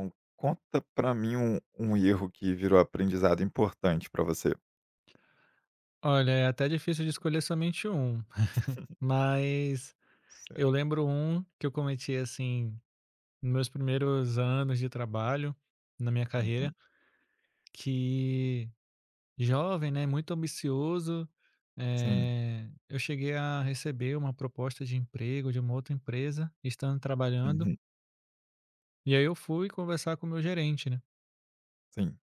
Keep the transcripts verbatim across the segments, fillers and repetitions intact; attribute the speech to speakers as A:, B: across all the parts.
A: Então, conta pra mim um, um erro que virou aprendizado importante pra você.
B: Olha, é até difícil de escolher somente um, mas eu
A: Certo.
B: lembro um que eu cometi assim, nos meus primeiros anos de trabalho, na minha carreira,
A: Uhum.
B: que jovem, né, muito ambicioso,
A: Sim.
B: eh, eu cheguei a receber uma proposta de emprego de uma outra empresa, estando trabalhando,
A: Uhum.
B: e aí eu fui conversar com o meu gerente, né.
A: Sim.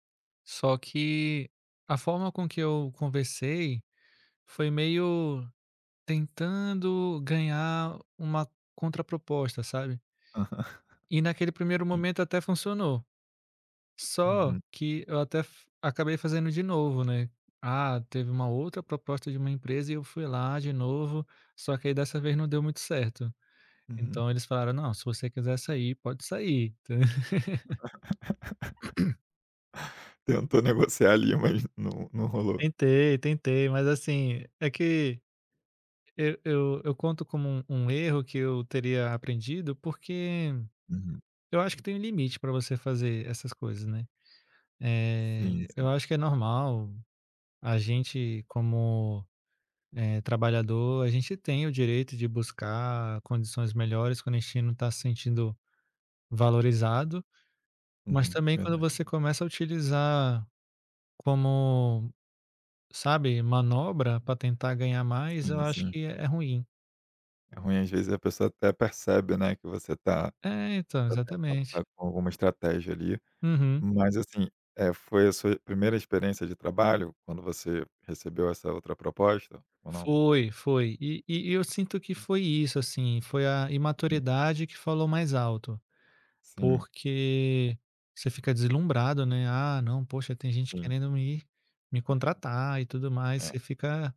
B: Só que a forma com que eu conversei foi meio tentando ganhar uma contraproposta, sabe.
A: Aham.
B: E naquele primeiro
A: Sim.
B: momento até funcionou, só
A: Uhum.
B: que eu até f acabei fazendo de novo, né. Ah, teve uma outra proposta de uma empresa e eu fui lá de novo, só que aí dessa vez não deu muito certo.
A: Uhum.
B: Então eles falaram: "Não, se você quiser sair, pode sair".
A: Tentou negociar ali, mas não, não rolou.
B: Tentei, tentei, mas assim, é que eu eu eu conto como um um erro que eu teria aprendido, porque
A: Uhum.
B: eu acho que tem um limite para você fazer essas coisas, né. Eh,
A: Sim,
B: eu
A: sim.
B: acho que é normal. A gente, como, eh, trabalhador, a gente tem o direito de buscar condições melhores quando a gente não está se sentindo valorizado, mas
A: Uhum.
B: também quando
A: Verdade.
B: você começa a utilizar como, sabe, manobra para tentar ganhar mais, eu
A: Sim,
B: acho
A: sim.
B: que é é ruim.
A: É ruim, às vezes a pessoa até percebe, né, que você tá,
B: É, então,
A: tá tentando
B: exatamente.
A: tá com alguma estratégia ali.
B: Uhum.
A: Mas assim, é, foi a sua primeira experiência de trabalho quando você recebeu essa outra proposta? Ou não?
B: Foi, foi. e e eu sinto que foi isso, assim, foi a
A: Uhum.
B: imaturidade que falou mais alto.
A: Sim,
B: Porque você fica deslumbrado, né, "Ah, não, poxa, tem gente
A: sim.
B: querendo me me contratar e tudo mais",
A: É.
B: você fica,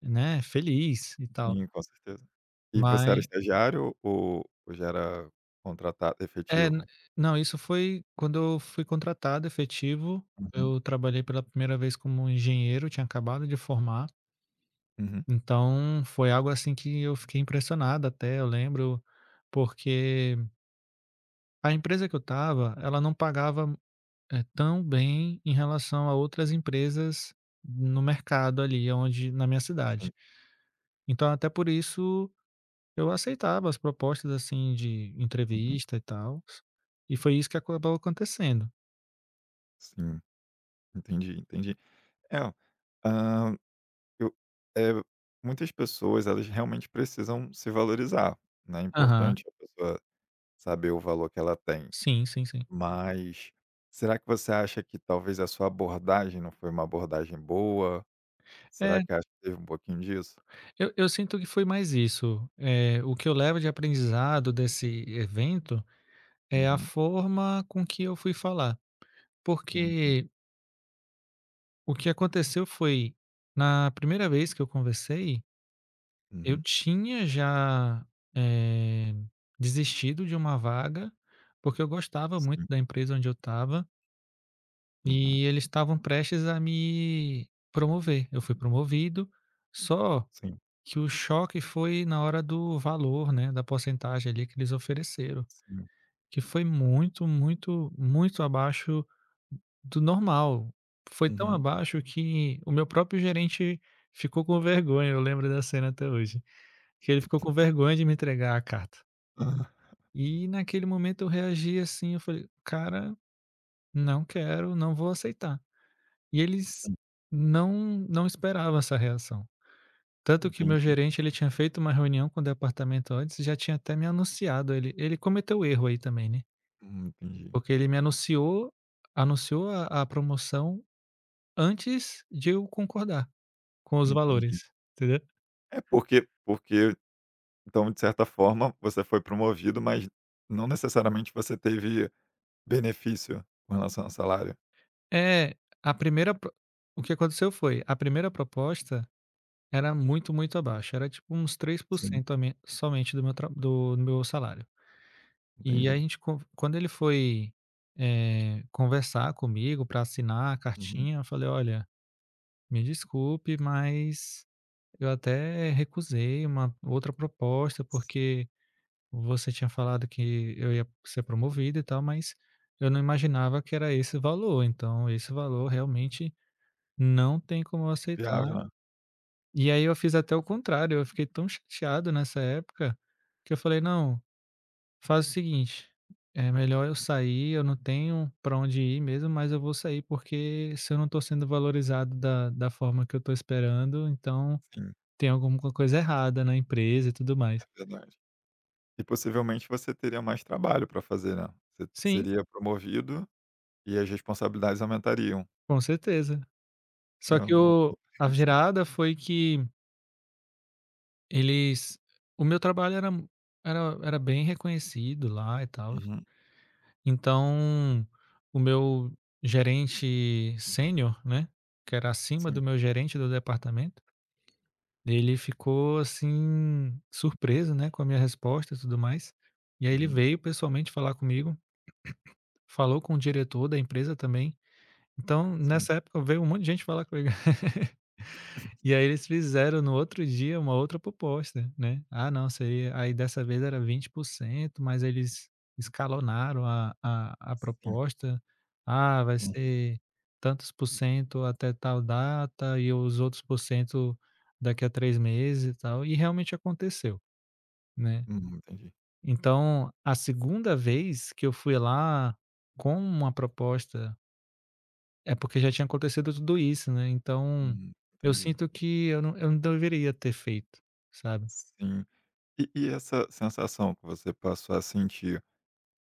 B: né, feliz e tal.
A: Sim, com certeza. E você era
B: Mas
A: estagiário ou ou já era contratado
B: é, n
A: efetivo?
B: não, isso foi quando eu fui contratado efetivo,
A: Uhum,
B: eu trabalhei pela primeira vez como engenheiro, tinha acabado de formar,
A: uhum.
B: então foi algo assim que eu fiquei impressionado até, eu lembro, porque a empresa que eu estava, ela não pagava É, tão bem em relação a outras empresas no mercado ali onde na minha cidade.
A: Sim.
B: Então até por isso eu aceitava as propostas, assim, de
A: Uhum.
B: entrevista e tal, e foi isso que acabou acontecendo.
A: Sim, entendi, entendi. É, hã, eu eh, muitas pessoas, elas realmente precisam se valorizar, né, é
B: Aham.
A: importante a pessoa saber o valor que ela tem.
B: Sim, sim, sim.
A: Mas será que você acha que talvez a sua abordagem não foi uma abordagem boa? Será
B: É,
A: que acha que teve um pouquinho disso?
B: eu eu sinto que foi mais isso. Eh, o que eu levo de aprendizado desse evento é a
A: Uhum,
B: forma com que eu fui falar,
A: uhum,
B: porque o que aconteceu foi, na primeira vez que eu conversei. Eu
A: uhum.
B: tinha já, eh, desistido de uma vaga, porque eu gostava muito
A: Sim,
B: da empresa onde eu estava
A: uhum,
B: e eles estavam prestes a me promover. Eu fui promovido, só
A: sim.
B: que o choque foi na hora do valor, né, da porcentagem ali que eles ofereceram,
A: Sim.
B: que foi muito, muito, muito abaixo do normal. Foi tão
A: Uhum.
B: abaixo que o meu próprio gerente ficou com vergonha, eu lembro da cena até hoje. Que ele ficou com vergonha de me entregar a carta.
A: Ah,
B: E naquele momento eu reagi assim, eu falei: "Cara, não quero, não vou aceitar". E eles
A: sim.
B: não não esperavam essa reação. Tanto que meu
A: Entendi.
B: gerente, ele tinha feito uma reunião com o departamento antes e já tinha até me anunciado, ele ele cometeu erro aí também, né,
A: Hum, entendi,
B: porque ele me anunciou anunciou a a promoção antes de eu concordar com os valores,
A: entendi.
B: entendeu.
A: É porque porque então, de certa forma, você foi promovido, mas não necessariamente você teve benefício com relação ao salário.
B: É, a primeira pro o que aconteceu foi, a primeira proposta era muito, muito abaixo, era tipo uns
A: Sim,
B: três por cento a me somente do meu tra do do meu salário. E a
A: entendi.
B: gente con quando ele foi, eh, conversar comigo para assinar a
A: Uhum.
B: cartinha, eu falei: "Olha, me desculpe, mas eu até recusei uma outra proposta,
A: Sim,
B: porque você tinha falado que eu ia ser promovido e tal, mas eu não imaginava que era esse valor, então esse valor realmente não tem como eu
A: viável,
B: aceitar".
A: né.
B: E aí eu fiz até o contrário, eu fiquei tão chateado nessa época, que eu falei: "Não, faz o seguinte, é melhor eu sair, eu não tenho pra onde ir mesmo, mas eu vou sair, porque se eu não tô sendo valorizado da da forma que eu tô esperando, então
A: Sim,
B: tem alguma coisa errada na empresa e tudo
A: é
B: mais".
A: verdade. E possivelmente você teria mais trabalho para fazer, né. Você
B: Sim,
A: seria promovido e as responsabilidades aumentariam.
B: com certeza.
A: É,
B: Só
A: não
B: que o
A: não faz
B: a
A: muito sentido.
B: virada foi que eles o meu trabalho era era era bem reconhecido lá e tal.
A: Uhum.
B: Então, o meu gerente sênior, né, que era acima
A: Sim.
B: do meu gerente do departamento, ele ficou assim surpreso, né, com a minha resposta e tudo mais. E aí ele
A: Uhum.
B: veio pessoalmente falar comigo, falou com o diretor da empresa também. Então,
A: Sim,
B: nessa época veio um monte de gente falar comigo. E aí eles fizeram no outro dia uma outra proposta, né. "Ah não, seria", aí dessa vez era vinte por cento, mas eles escalonaram a a a
A: sim.
B: proposta. "Ah, vai
A: Hum,
B: ser tantos por cento até tal data e os outros por cento daqui a três meses" e tal, e realmente aconteceu, né.
A: uhum, entendi.
B: Então, a segunda vez que eu fui lá com uma proposta é porque já tinha acontecido tudo isso, né, então,
A: Hum,
B: eu
A: entendi.
B: sinto que eu não eu não deveria ter feito, sabe.
A: Sim. E e essa sensação que você passou a sentir,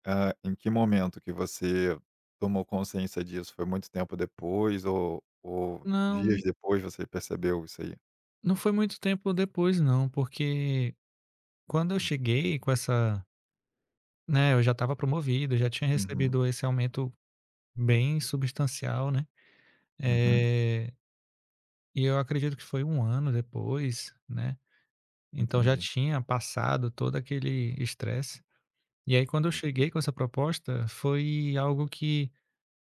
A: ah, em que momento que você tomou consciência disso? Foi muito tempo depois ou ou
B: Não,
A: dias depois você percebeu isso aí?
B: não foi muito tempo depois não, porque quando eu cheguei com essa, né, eu já estava promovido, já tinha
A: Uhum,
B: recebido esse aumento bem substancial, né,
A: uhum,
B: eh, e eu acredito que foi um ano depois, né, então já
A: entendi,
B: tinha passado todo aquele estresse. E aí quando eu cheguei
A: entendi.
B: com essa proposta, foi algo que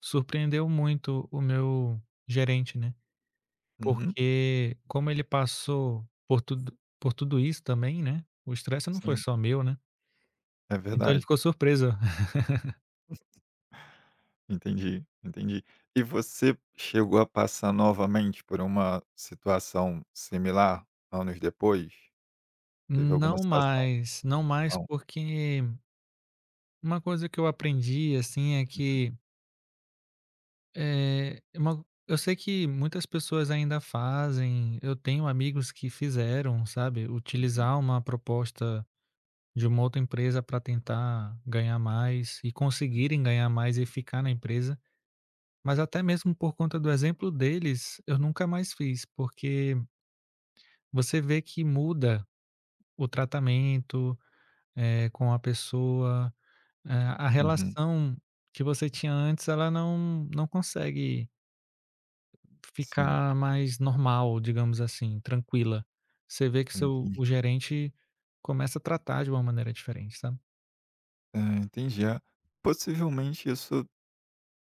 B: surpreendeu muito o meu gerente, né,
A: Uhum,
B: porque como ele passou por tudo por tudo isso também, né, o estresse não foi
A: sim,
B: só meu, né,
A: é
B: então ele
A: verdade.
B: ficou surpreso.
A: Entendi, entendi. E você chegou a passar novamente por uma situação similar anos depois? Teve alguma
B: Não
A: situação?
B: mais, não mais
A: Não.
B: porque uma coisa que eu aprendi, assim, é que, eh, é uma eu sei que muitas pessoas ainda fazem, eu tenho amigos que fizeram, sabe, utilizar uma proposta de uma outra empresa para tentar ganhar mais e conseguirem ganhar mais e ficar na empresa. Mas até mesmo por conta do exemplo deles, eu nunca mais fiz, porque você vê que muda o tratamento, eh, com a pessoa, eh, a
A: Uhum,
B: relação que você tinha antes, ela não não consegue
A: sim,
B: ficar mais normal, digamos assim, tranquila. Você vê que seu o
A: entendi.
B: gerente começa a tratar de uma maneira diferente, sabe?
A: É, entendi. É, possivelmente isso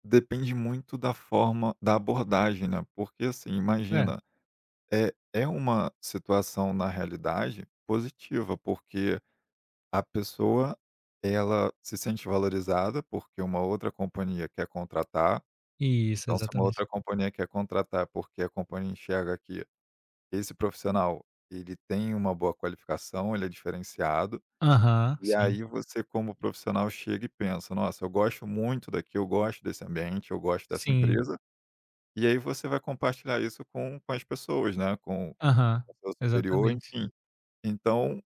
A: depende muito da forma da abordagem, né, porque, assim,
B: É,
A: imagina, é é uma situação na realidade positiva, porque a pessoa, ela se sente valorizada, porque uma outra companhia quer contratar,
B: isso,
A: então se uma
B: exatamente.
A: outra companhia quer contratar, porque a companhia enxerga que esse profissional, ele tem uma boa qualificação, ele é diferenciado.
B: Aham,
A: E
B: sim,
A: aí você como profissional chega e pensa: "Nossa, eu gosto muito daqui, eu gosto desse ambiente, eu gosto dessa
B: sim,
A: empresa", e aí você vai compartilhar isso com com as pessoas, né, com
B: aham,
A: o seu superior,
B: exatamente.
A: enfim. Então,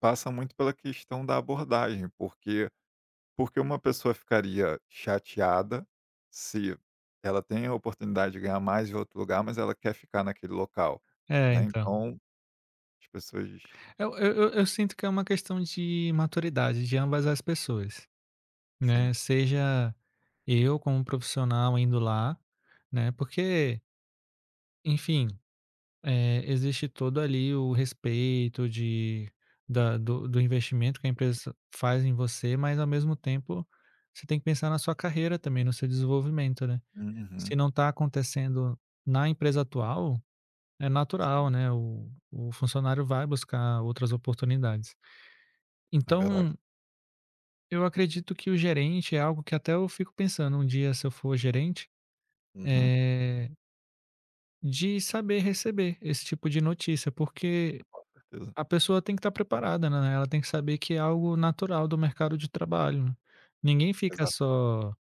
A: passa muito pela questão da abordagem, porque porque uma pessoa ficaria chateada se ela tem a oportunidade de ganhar mais em outro lugar, mas ela quer ficar naquele local,
B: É,
A: né,
B: então.
A: então as pessoas
B: Eu eu eu eu sinto que é uma questão de maturidade de ambas as pessoas, né,
A: sim.
B: seja eu como profissional indo lá, né, porque, enfim, eh, existe todo ali o respeito de da do do investimento que a empresa faz em você, mas ao mesmo tempo você tem que pensar na sua carreira também, no seu desenvolvimento, né. Se
A: Uhum.
B: não está acontecendo na empresa atual. É natural, né, o o funcionário vai buscar outras oportunidades.
A: É verdade.
B: Então, eu acredito que o gerente é algo que até eu fico pensando um dia se eu for gerente,
A: Uhum.
B: eh, de saber receber esse tipo de notícia, porque
A: Certeza.
B: a pessoa tem que estar preparada, né, ela tem que saber que é algo natural do mercado de trabalho, né. Ninguém fica
A: Exato.
B: só: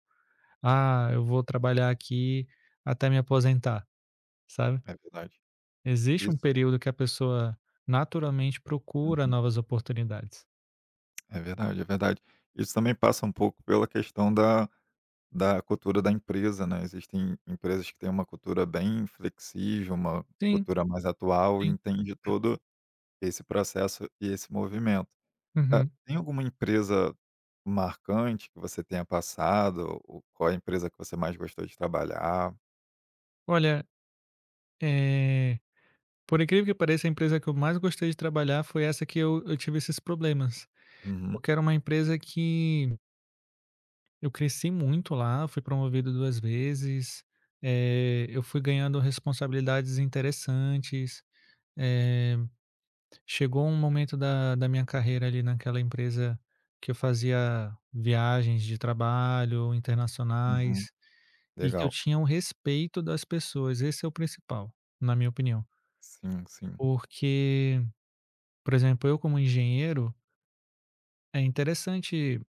B: "Ah, eu vou trabalhar aqui até me aposentar", sabe.
A: É verdade.
B: Existe um
A: Isso.
B: período que a pessoa naturalmente procura
A: Uhum.
B: novas oportunidades.
A: É verdade, é verdade. Isso também passa um pouco pela questão da da cultura da empresa, né. Existem empresas que têm uma cultura bem flexível, uma
B: Sim,
A: cultura mais atual e
B: sim.
A: entende todo esse processo e esse movimento. Hã,
B: Uhum.
A: tem alguma empresa marcante que você tenha passado ou qual é a empresa que você mais gostou de trabalhar?
B: Olha, eh, por incrível que pareça, a empresa que eu mais gostei de trabalhar foi essa que eu eu tive esses problemas,
A: Uhum,
B: porque era uma empresa que eu cresci muito lá, fui promovido duas vezes, eh, eu fui ganhando responsabilidades interessantes, eh, chegou um momento da da minha carreira ali naquela empresa que eu fazia viagens de trabalho
A: uhum.
B: internacionais e que eu
A: Legal.
B: tinha o respeito das pessoas, esse é o principal, na minha opinião.
A: Sim, sim.
B: Porque, por exemplo, eu como engenheiro, é interessante,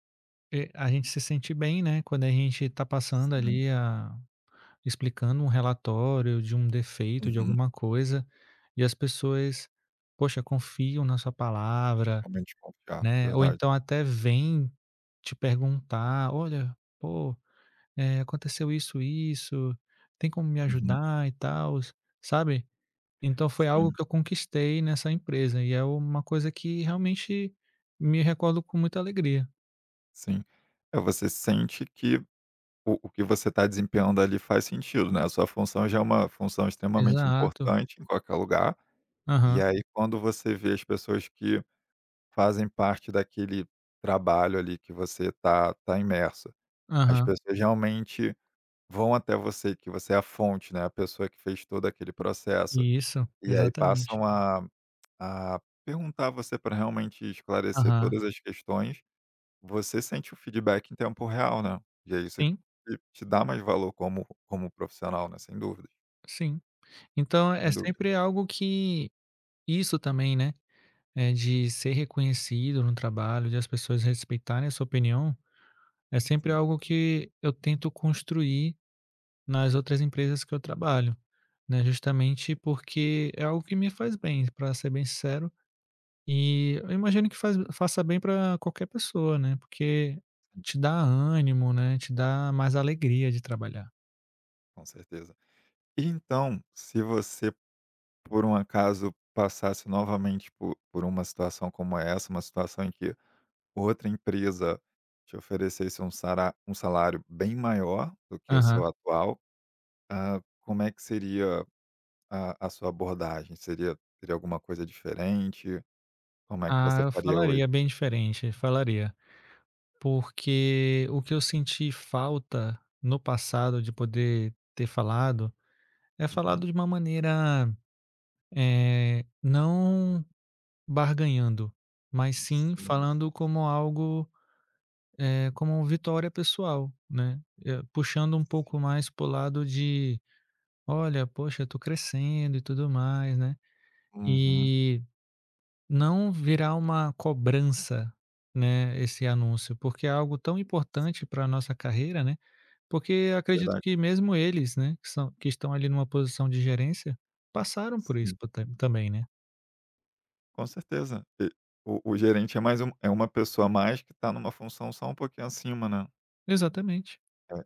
B: eh, a gente se sentir bem, né, quando a gente está passando
A: Sim.
B: ali a explicando um relatório de um defeito, de
A: Uhum.
B: alguma coisa, e as pessoas, poxa, confiam na sua palavra,
A: Realmente confiar.
B: né, ou
A: Verdade.
B: então até vêm te perguntar: "Olha, pô, eh, aconteceu isso, isso, tem como me
A: Uhum.
B: ajudar e tal, sabe?" Então foi algo
A: Sim.
B: que eu conquistei nessa empresa e é uma coisa que realmente me recordo com muita alegria.
A: Sim. É, você sente que o o que você está desempenhando ali faz sentido, né, a sua função já é uma função extremamente
B: Exato.
A: importante em qualquer lugar, e
B: Aham,
A: aí quando você vê as pessoas que fazem parte daquele trabalho ali que você tá tá imerso, as
B: aham.
A: pessoas realmente vão até você, que você é a fonte, né, a pessoa que fez todo aquele processo,
B: Isso,
A: e aí
B: exatamente.
A: passam a a perguntar a você para realmente esclarecer
B: Aham.
A: todas as questões, você sente o feedback em tempo real, né. E aí isso te
B: Sim,
A: te dá mais valor como como profissional, né, sem dúvida.
B: sim. Então é
A: Sem dúvida.
B: sempre algo que isso também, né, é de ser reconhecido no trabalho, de as pessoas respeitarem a sua opinião, é sempre
A: Sim,
B: algo que eu tento construir nas outras empresas que eu trabalho, né, justamente porque é algo que me faz bem, para ser bem sincero. E eu imagino que faz faça bem para qualquer pessoa, né, porque
A: sim,
B: te dá ânimo, né, te dá mais alegria de trabalhar.
A: com certeza. E então, se você por um acaso passasse novamente por por uma situação como essa, uma situação em que outra empresa te oferecesse um sará um salário bem maior do que o
B: Aham.
A: seu atual, hã, como é que seria a a sua abordagem? Seria Teria alguma coisa diferente? Como é que
B: Ah,
A: você
B: eu
A: faria hoje?
B: falaria bem diferente, falaria. Porque o que eu senti falta no passado de poder ter falado, é
A: Uhum.
B: falado de uma maneira, eh, não barganhando, mas sim
A: Sim, sim,
B: falando como algo, eh, como vitória pessoal, né, eh, puxando um
A: sim.
B: pouco mais para o lado de: "Olha, poxa, eu tô crescendo e tudo mais, né?"
A: Uhum,
B: E não virar uma cobrança, né, esse anúncio, porque é algo tão importante para a nossa carreira, né? Porque eu acredito
A: verdade.
B: que mesmo eles, né, que são, que estão ali numa posição de gerência, passaram por isso
A: Sim,
B: po- também, né?
A: com certeza. E o o gerente é mais um é uma pessoa a mais que está numa função só um pouquinho acima, né.
B: Exatamente.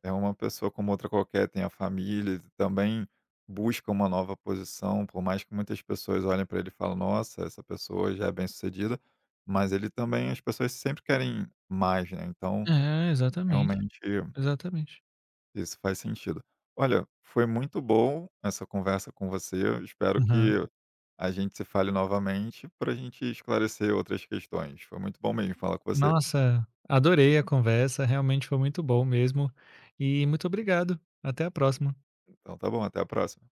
A: É é uma pessoa como outra qualquer, tem a família, ele também busca uma nova posição, por mais que muitas pessoas olhem para ele e falem: "Nossa, essa pessoa já é bem-sucedida", mas ele também, as pessoas sempre querem mais, né, então
B: É, exatamente.
A: realmente
B: Exatamente.
A: isso faz sentido. Olha, foi muito bom essa conversa com você. Eu espero
B: Aham.
A: que a gente se fale novamente para a gente esclarecer outras questões. Foi muito bom mesmo falar com você.
B: Nossa, adorei a conversa, realmente foi muito bom mesmo. E muito obrigado. Até a próxima.
A: Então tá bom, até a próxima.